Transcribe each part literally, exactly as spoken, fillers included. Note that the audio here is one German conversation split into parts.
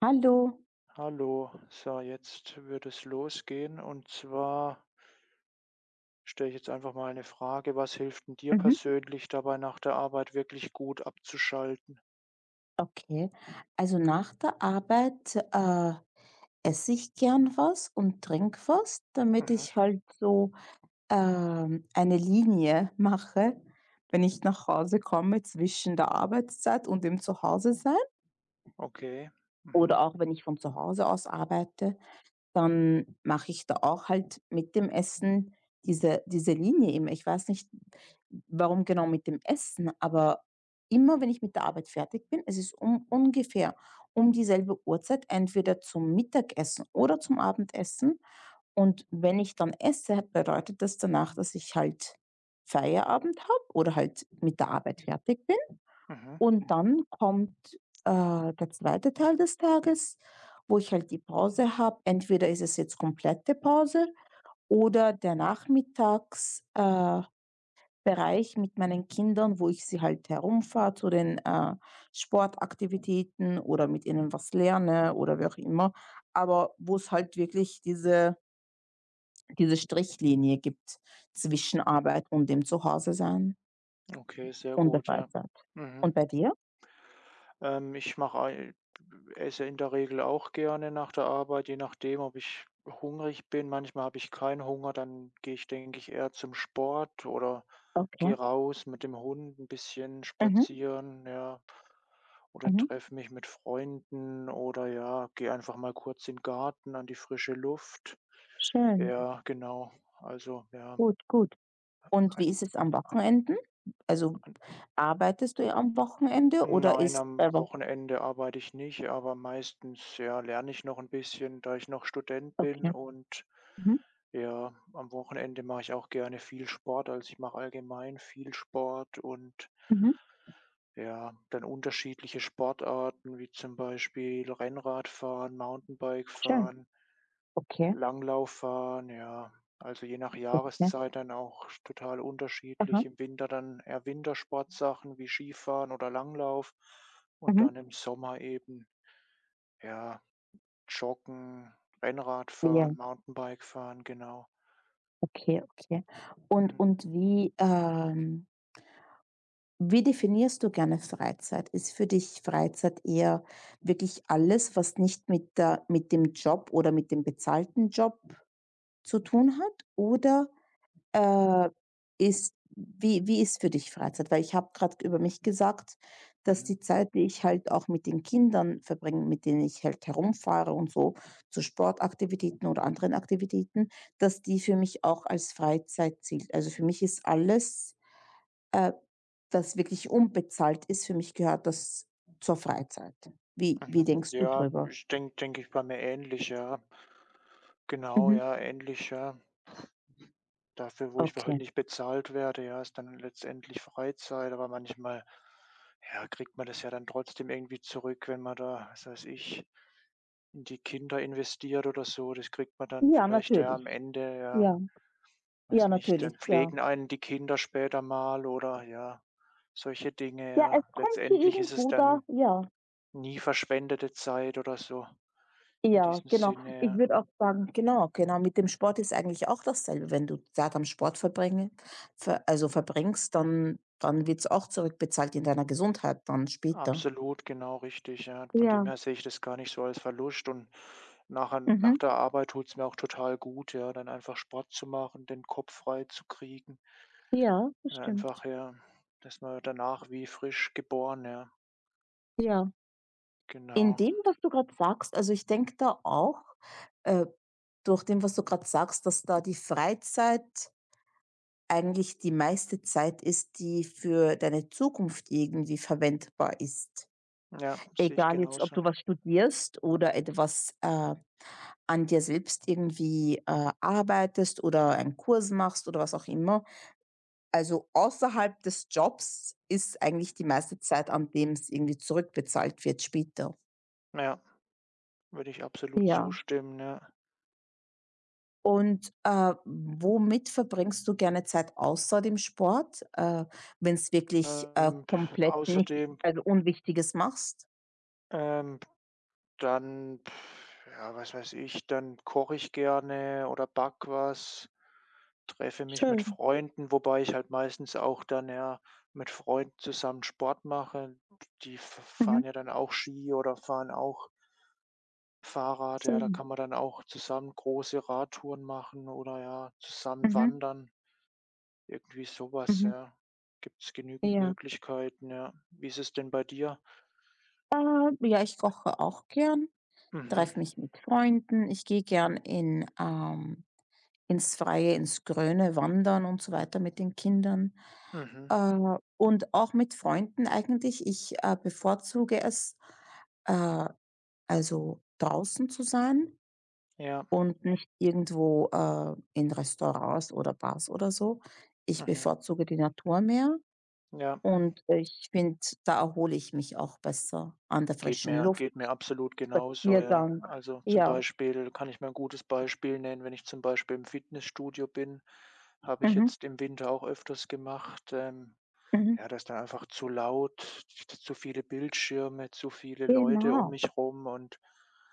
Hallo. Hallo, so jetzt wird es losgehen und zwar stelle ich jetzt einfach mal eine Frage: „Was hilft denn dir Mhm. persönlich dabei, nach der Arbeit wirklich gut abzuschalten?“ Okay. Also nach der Arbeit, äh, esse ich gern was und trinke was, damit Mhm, ich halt so, ähm, eine Linie mache, wenn ich nach Hause komme, zwischen der Arbeitszeit und dem Zuhause sein, okay. Mhm, oder auch wenn ich von zu Hause aus arbeite. Dann mache ich da auch halt mit dem Essen diese diese Linie immer. Ich weiß nicht, warum genau mit dem Essen, aber immer wenn ich mit der Arbeit fertig bin, es ist um ungefähr um dieselbe Uhrzeit, entweder zum Mittagessen oder zum Abendessen. Und wenn ich dann esse, bedeutet das danach, dass ich halt Feierabend habe oder halt mit der Arbeit fertig bin. mhm, Und dann kommt, äh, der zweite Teil des Tages, wo ich halt die Pause habe. Entweder ist es jetzt komplette Pause oder der Nachmittagsbereich äh, Bereich mit meinen Kindern, wo ich sie halt herumfahre zu den, äh, Sportaktivitäten oder mit ihnen was lerne oder wie auch immer, aber wo es halt wirklich diese diese Strichlinie gibt zwischen Arbeit und dem Zuhause sein okay, sehr und der gut, ja. Freizeit. Mhm. Und bei dir? Ähm, ich mache esse in der Regel auch gerne nach der Arbeit, je nachdem, ob ich hungrig bin. Manchmal habe ich keinen Hunger, dann gehe ich, denke ich, eher zum Sport oder Okay. gehe raus mit dem Hund ein bisschen Mhm, spazieren, ja. Oder mhm. treffe mich mit Freunden oder, ja, gehe einfach mal kurz in den Garten, an die frische Luft. Schön. Ja, genau. Also, ja, Gut, gut. Und wie ist es am Wochenenden? Also, ei arbeitest du am Wochenende oder nein, ist am der Wo Wochenende arbeite ich nicht, aber meistens, ja, lerne ich noch ein bisschen, da ich noch Student okay. bin, und Mhm, ja, am Wochenende mache ich auch gerne viel Sport. Also, ich mache allgemein viel Sport und, mhm, ja, dann unterschiedliche Sportarten wie zum Beispiel Rennradfahren, schön. Mountainbikefahren, Okay, Langlauffahren, ja. Also, je nach okay. Jahreszeit dann auch total Aha, unterschiedlich. Im Winter dann eher Wintersportsachen wie Skifahren oder Langlauf und mhm. dann im Sommer eben, ja, Joggen, Ja, Rennradfahren, Mountainbikefahren, genau. okay, okay. Und Mhm, und wie, ähm wie definierst du gerne Freizeit? Ist für dich Freizeit eher wirklich alles, was nicht mit der mit dem Job oder mit dem bezahlten Job zu tun hat? Oder Äh, ist wie wie ist für dich Freizeit? Weil ich habe gerade über mich gesagt, dass mhm, die Zeit, die ich halt auch mit den Kindern verbringe, mit denen ich halt herumfahre und so, zu Sportaktivitäten oder anderen Aktivitäten, dass die für mich auch als Freizeit zählt. Also, für mich ist alles, äh, das wirklich unbezahlt ist, für mich gehört das zur Freizeit. Wie wie mhm. denkst du Ja, drüber? ich denke denke ich bei mir ähnlich, ja. Genau, Mhm, ja, ähnlich, ja. Dafür, wo ich halt okay. nicht bezahlt werde, ja, ist dann letztendlich Freizeit, aber manchmal, ja, kriegt man das ja dann trotzdem irgendwie zurück, wenn man da, was weiß ich, in die Kinder investiert oder so. Das kriegt man dann Ja, vielleicht ja am natürlich. Ende, ja, Ja, ja, weiß nicht, natürlich, dann ja. pflegen einen die Kinder später mal oder, ja, solche Dinge, Ja, es ja. kommt hier Letztendlich ist es irgendwo da dann ja. nie verschwendete Zeit oder so, in Ja, diesem genau. Sinne, Ich ja. würde auch sagen, genau, genau, mit dem Sport ist eigentlich auch dasselbe. Wenn du Zeit am Sport verbringe ver also verbringst, dann dann wird's auch zurückbezahlt in deiner Gesundheit dann später. Absolut, genau richtig, ja. Von dem Ja, her sehe ich das gar nicht so als Verlust, und nachher mhm, nach der Arbeit tut's mir auch total gut, ja, dann einfach Sport zu machen, den Kopf frei zu kriegen ja, das und einfach, stimmt. ja, dass man danach wie frisch geboren, ja, Ja. In genau. dem, was du gerade sagst, also ich denke da auch, äh, durch dem, was du gerade sagst, dass da die Freizeit eigentlich die meiste Zeit ist, die für deine Zukunft irgendwie verwendbar ist. Ja, sehe ich Egal jetzt, ob genauso. du was studierst oder etwas, äh, an dir selbst irgendwie, äh, arbeitest oder einen Kurs machst oder was auch immer. Also, außerhalb des Jobs ist eigentlich die meiste Zeit, an dem es irgendwie zurückbezahlt wird später. Ja, würde ich absolut Ja. zustimmen, ja. Und, äh, womit verbringst du gerne Zeit außer dem Sport, äh, wenn es wirklich, äh, Ähm, p- komplett nicht, Außerdem, also, Unwichtiges machst? ähm dann, pf, ja, was weiß ich, dann koche ich gerne oder back was, treffe mich mit Schön. Freunden, wobei ich halt meistens auch dann ja mit Freunden zusammen Sport mache. Die f Mhm. fahren ja dann auch Ski oder fahren auch Fahrrad. Ja, da Schön. kann man dann auch zusammen große Radtouren machen oder, ja, zusammen Mhm. wandern. Irgendwie sowas. Mhm. Ja, gibt es genügend Ja. Möglichkeiten, ja. Wie ist es denn bei dir? Äh, ja, ich koche auch gern, Mhm, treffe mich mit Freunden. Ich gehe gern in, ähm, ins Freie, ins Grüne wandern und so weiter mit den Kindern. mhm, Äh, und auch mit Freunden eigentlich. Ich äh, bevorzuge es, äh, also draußen zu sein ja, und nicht irgendwo, äh, in Restaurants oder Bars oder so. Ich mhm, bevorzuge die Natur mehr ja. und ich finde, da erhole ich mich auch besser an der Geht frischen mir geht mir Luft. absolut genauso, ja. Spaziergang. Also, zum Ja. Beispiel kann ich mir ein gutes Beispiel nennen: Wenn ich zum Beispiel im Fitnessstudio bin, habe ich Mhm, jetzt im Winter auch öfters gemacht, ähm, mhm. ja, da ist dann einfach zu laut, zu viele Bildschirme, zu viele Leute um Genau. mich rum, und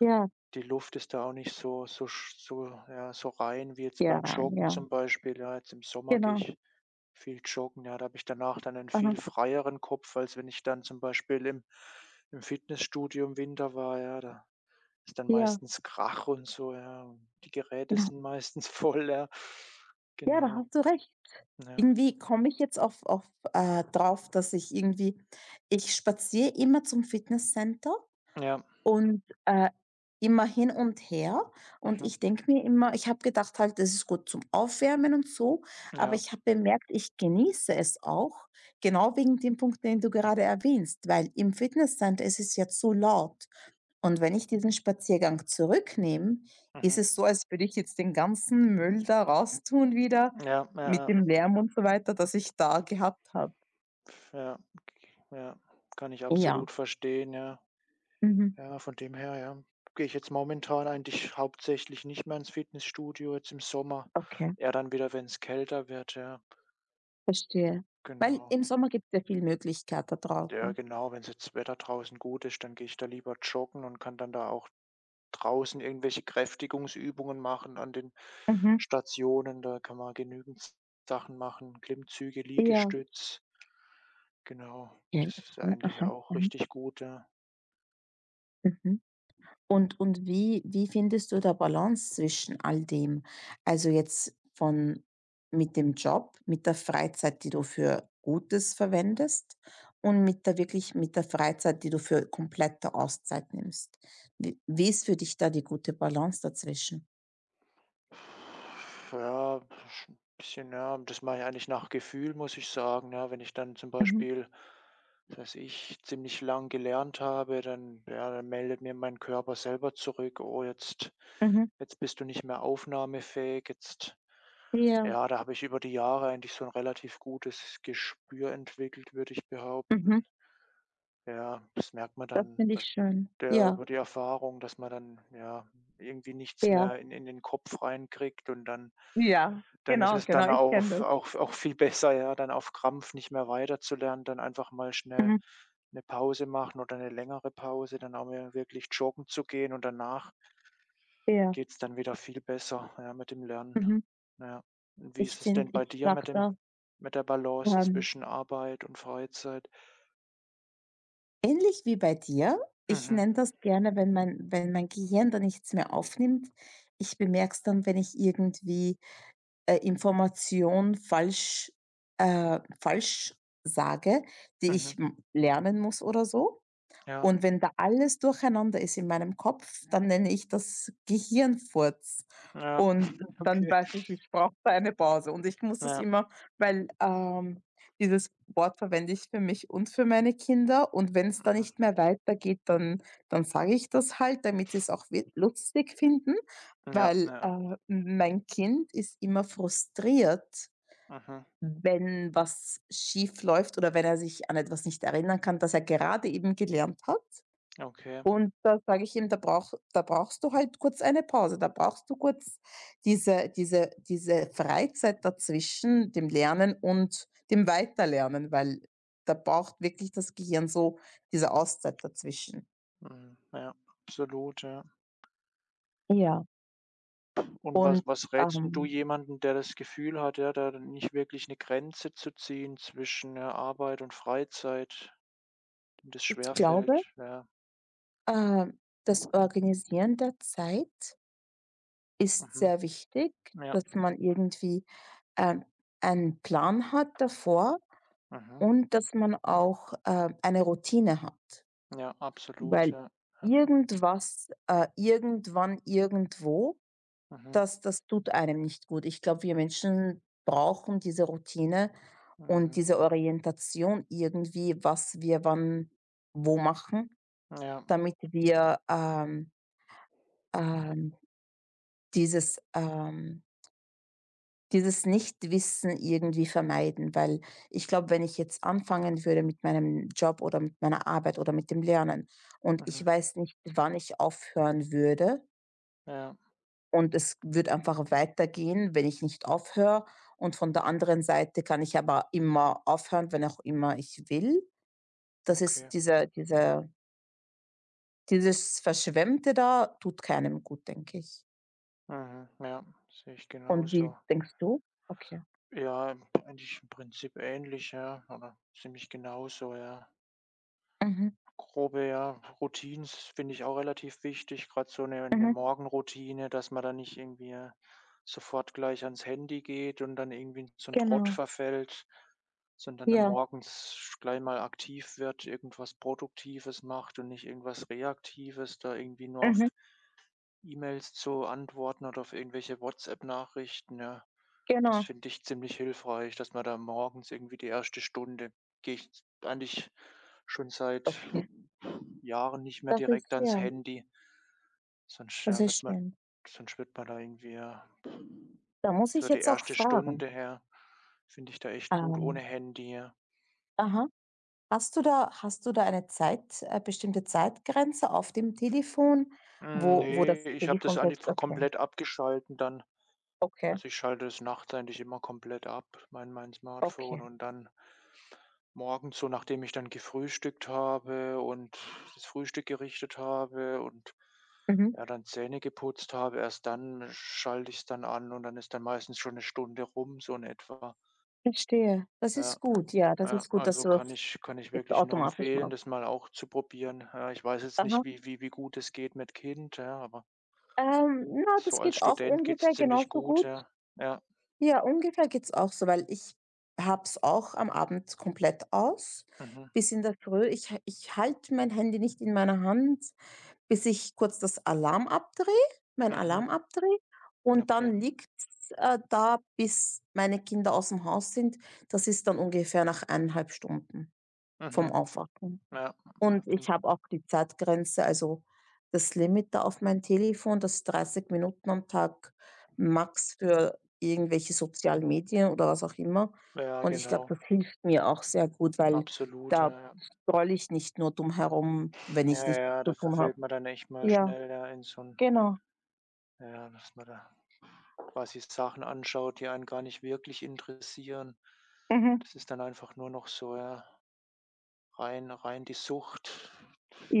Ja, die Luft ist da auch nicht so so sch so ja, so rein wie jetzt hier beim rein, Joggen ja. zum Beispiel. Ja, jetzt im Sommer gehe Genau. ich viel joggen, ja, da habe ich danach dann einen Aha. viel freieren Kopf, als wenn ich dann zum Beispiel im im Fitnessstudio im Winter war, ja, da ist dann Ja, meistens Krach und so, ja, und die Geräte genau. sind meistens voll, ja. Ja, da Genau, hast du recht. ja. Irgendwie komme ich jetzt auf auf, äh drauf, dass ich irgendwie, ich spaziere immer zum Fitnesscenter Ja, und, äh, immer hin und her, und mhm, ich denke mir immer, ich habe gedacht halt, das ist gut zum Aufwärmen und so, aber ja, ich habe bemerkt, ich genieße es auch, genau wegen dem Punkt, den du gerade erwähnst, weil im Fitnesscenter ist es ja zu laut. Und wenn ich diesen Spaziergang zurücknehme, ist mhm. es so, als würde ich jetzt den ganzen Müll da raustun wieder, Ja, ja, mit ja, dem Lärm und so weiter, das ich da gehabt habe. ja, ja, kann ich Ja. absolut verstehen, ja. Mhm. Ja, von dem her, ja, gehe ich jetzt momentan eigentlich hauptsächlich nicht mehr ins Fitnessstudio, jetzt im Sommer, Okay, eher dann wieder, wenn es kälter wird, ja, verstehe. Weil genau. im Sommer gibt es ja viel Möglichkeit da Ja, draußen. genau, wenn jetzt das Wetter draußen gut ist, dann gehe ich da lieber joggen und kann dann da auch draußen irgendwelche Kräftigungsübungen machen an den Mhm. Stationen. Da kann man genügend S Sachen machen, Klimmzüge, Ja. Liegestütz. Genau, Ja, das ist ja okay. eigentlich Aha. auch Mhm. richtig gut, ja. Mhm. Und und wie wie findest du da Balance zwischen all dem? Also, jetzt von mit dem Job, mit der Freizeit, die du für Gutes verwendest, und mit der, wirklich, mit der Freizeit, die du für komplette Auszeit nimmst. Wie wie ist für dich da die gute Balance dazwischen? Ja, sch bisschen, ja, das mache ich eigentlich nach Gefühl, muss ich sagen, ja. Wenn ich dann zum Mhm, Beispiel, was ich, ziemlich lang gelernt habe, dann ja, dann meldet mir mein Körper selber zurück: „Oh, jetzt, mhm. jetzt bist du nicht mehr aufnahmefähig, jetzt“, Ja, ja, da habe ich über die Jahre eigentlich so 'n relativ gutes Gespür entwickelt, würde ich mhm. behaupten. Ja, das merkt man Das dann finde bei ich schön. der Ja. über die Erfahrung, dass man dann, ja, irgendwie nichts Ja, mehr in in den Kopf reinkriegt, und dann ja, dann ist genau, es genau, dann ich kenne auf das. auch auch viel besser, ja, dann auf Krampf nicht mehr weiterzulernen, dann einfach mal schnell Mhm. 'ne Pause machen oder 'ne längere Pause, dann auch mal wirklich joggen zu gehen, und danach Ja, geht's dann wieder viel besser, ja, mit dem Lernen. mhm. Ja. Und wie Ich ist es finde denn Ich bei dir sage mit dem, da, mit der Balance ähm zwischen Arbeit und Freizeit? ähnlich wie bei dir. Ich Mhm, nenne das gerne, wenn mein wenn mein Gehirn da nichts mehr aufnimmt. Ich bemerke es dann, wenn ich irgendwie, äh, Information falsch äh, falsch sage, die mhm, ich m lernen muss oder so. ja, Und wenn da alles durcheinander ist in meinem Kopf, dann nenne ich das Gehirnfurz. ja, Und dann okay. weiß ich, ich brauche da eine Pause. Und ich muss das Ja, immer, weil, ähm, dieses Wort verwende ich für mich und für meine Kinder. Und wenn es da mhm, nicht mehr weitergeht, dann dann sage ich das halt, damit sie es auch wi lustig finden, ja, weil, ja, äh, mein Kind ist immer frustriert, mhm, wenn was schief läuft oder wenn er sich an etwas nicht erinnern kann, das er gerade eben gelernt hat. okay, Und da sage ich ihm: „Da brauch da brauchst du halt kurz eine Pause. Da brauchst du kurz diese diese diese Freizeit dazwischen, dem Lernen und dem Weiterlernen, weil da braucht wirklich das Gehirn so diese Auszeit dazwischen." mhm, ja, absolut, ja. Ja. Und was was rätst 'n du Ähm, jemandem, der das Gefühl hat, ja, da nicht wirklich eine Grenze zu ziehen zwischen, ja, Arbeit und Freizeit, dem das ich glaube, schwerfällt? Ja, äh, das Organisieren der Zeit ist mhm, sehr wichtig, ja, dass man irgendwie, ähm, einen Plan hat davor mhm, und dass man auch, äh, eine Routine hat. ja, absolut, Weil ja, ja. irgendwas, äh, irgendwann, irgendwo, Mhm, das das tut einem nicht gut. Ich glaube, wir Menschen brauchen diese Routine und mhm. diese Orientation irgendwie, was wir wann wo machen, Ja, damit wir, ähm, ähm, dieses, ähm dieses Nichtwissen irgendwie vermeiden. Weil ich glaube, wenn ich jetzt anfangen würde mit meinem Job oder mit meiner Arbeit oder mit dem Lernen, und ich mhm, weiß nicht, wann ich aufhören würde, ja, und es wird einfach weitergehen, wenn ich nicht aufhöre. Und von der anderen Seite kann ich aber immer aufhören, wenn auch immer ich will. Das okay. ist dieser dieser dieses Verschwemmte, da tut keinem gut, denke ich. Mhm, ja, sehe ich Und wie genauso. denkst du? Okay. Ja, eigentlich im Prinzip ähnlich, ja, oder ziemlich genauso, ja. Mhm, Grobe, ja, Routinen finde ich auch relativ wichtig, gerade so eine 'ne mhm, Morgenroutine, dass man da nicht irgendwie äh, sofort gleich ans Handy geht und dann irgendwie in so 'n Trott genau. verfällt, sondern dann Ja, morgens gleich mal aktiv wird, irgendwas Produktives macht und nicht irgendwas Reaktives, da irgendwie nur mhm, auf E-Mails zu antworten oder auf irgendwelche WhatsApp-Nachrichten, ja. Das genau. finde ich ziemlich hilfreich, dass man da morgens irgendwie die erste Stunde, gehe ich eigentlich schon seit Okay. Jahren nicht mehr Das direkt ist ans ja, Handy, sonst, das ja, ist wird man, schön. sonst wird man da irgendwie, ja, Da muss ich so die jetzt auch erste fragen. Stunde her, finde ich da echt gut ohne Ähm, Handy, ja. aha. Hast du da hast du da eine Zeit äh, bestimmte Zeitgrenze auf dem Telefon, Hm, wo wo ne, das ich habe das Telefon sagt: eigentlich „Okay, komplett abgeschalten dann. okay, Also, ich schalte es nachts eigentlich immer komplett ab, mein mein okay, Smartphone, und dann morgens so, nachdem ich dann gefrühstückt habe und das Frühstück gerichtet habe und, mhm, ja, dann Zähne geputzt habe, erst dann schalte ich es dann an, und dann ist dann meistens schon eine Stunde rum, so in etwa. verstehe." Das ist Ja, gut, ja, das ja, ist gut, dass also, du kann das ich kann ich jetzt wirklich nur automatisch empfehlen, machst. das mal auch zu probieren. Ja, ich weiß jetzt Aha. nicht, wie wie wie gut es geht mit Kind, ja, aber Ähm, na, das so als geht auch Student geht's ungefähr ziemlich genauso gut, gut. ja. Ja, Ja, ungefähr geht's auch so, weil ich hab's auch am Abend komplett aus mhm, bis in der Früh. Ich ich halte mein Handy nicht in meiner Hand, bis ich kurz das Alarm abdrehe mein mhm, Alarm abdrehe, und okay. dann liegt äh, da, bis meine Kinder aus dem Haus sind. Das ist dann ungefähr nach eineinhalb Stunden vom Mhm. Aufwachen. Ja, mhm, Und ich fin habe auch die Zeitgrenze, also das Limit da auf mein Telefon, das ist dreißig Minuten am Tag max für irgendwelche sozialen Medien oder was auch immer. ja, Und ich glaube, genau, das hilft mir auch sehr gut, weil absolut, da ja, ja. scrolle ich nicht nur dumm herum, wenn Ja, ich nichts ja, zu da tun habe. verfällt man dann echt mal Ja. schnell da in so ein, Genau. ja, dass man da quasi Sachen anschaut, die einen gar nicht wirklich interessieren. Mhm. Das ist dann einfach nur noch so, ja, rein rein die Sucht.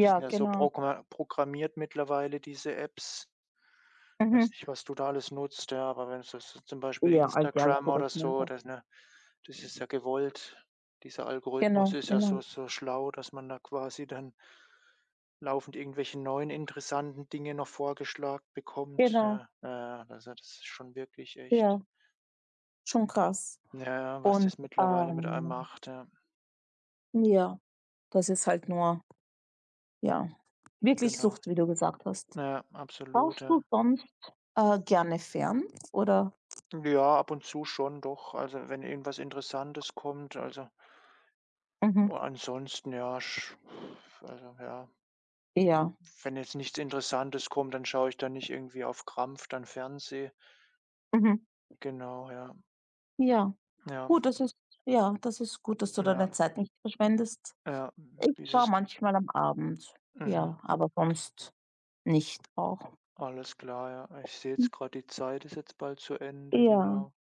Die sind ja so genau. progma programmiert mittlerweile, diese Apps. Mhm. Weiß nicht, was du da alles nutzt, ja, aber wenn so so zum Beispiel Ja, all die Instagram oder Algorithmen so, da. das, ne, das ist ja gewollt. Dieser Algorithmus Genau, ist ja genau, so so schlau, dass man da quasi dann laufend irgendwelche neuen interessanten Dinge noch vorgeschlagen bekommt. genau. Ja, ja, also das ist schon wirklich Ja, echt, schon krass. ja, ja, was Und, das mittlerweile mit einem ähm, macht, ja, ja, das ist halt nur, ja, wirklich genau. Sucht, wie du gesagt hast. Ja, absolut, Schaust du ja. sonst, äh, gerne fern oder Ja, ab und zu schon doch, also wenn irgendwas Interessantes kommt, also, mhm, oh, ansonsten, ja, sch also ja. ja, Wenn jetzt nichts Interessantes kommt, dann schaue ich da nicht irgendwie auf Krampf dann Fernseh. mhm, Genau, ja. ja. Ja, Gut, das ist ja, das ist gut, dass du deine ja, Zeit nicht verschwendest. ja. Hm, Ich wie ist schaue es, manchmal am Abend, mhm, ja, aber sonst nicht auch. alles klar, ja. Ich sehe Hm, jetzt gerade, die Zeit ist jetzt bald zu Ende, ja. genau.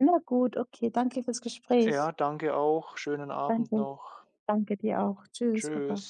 Na gut, okay, danke fürs Ja, Gespräch. danke auch. Schönen Abend Danke, noch. danke dir auch. Tschüss, Tschüss. baba.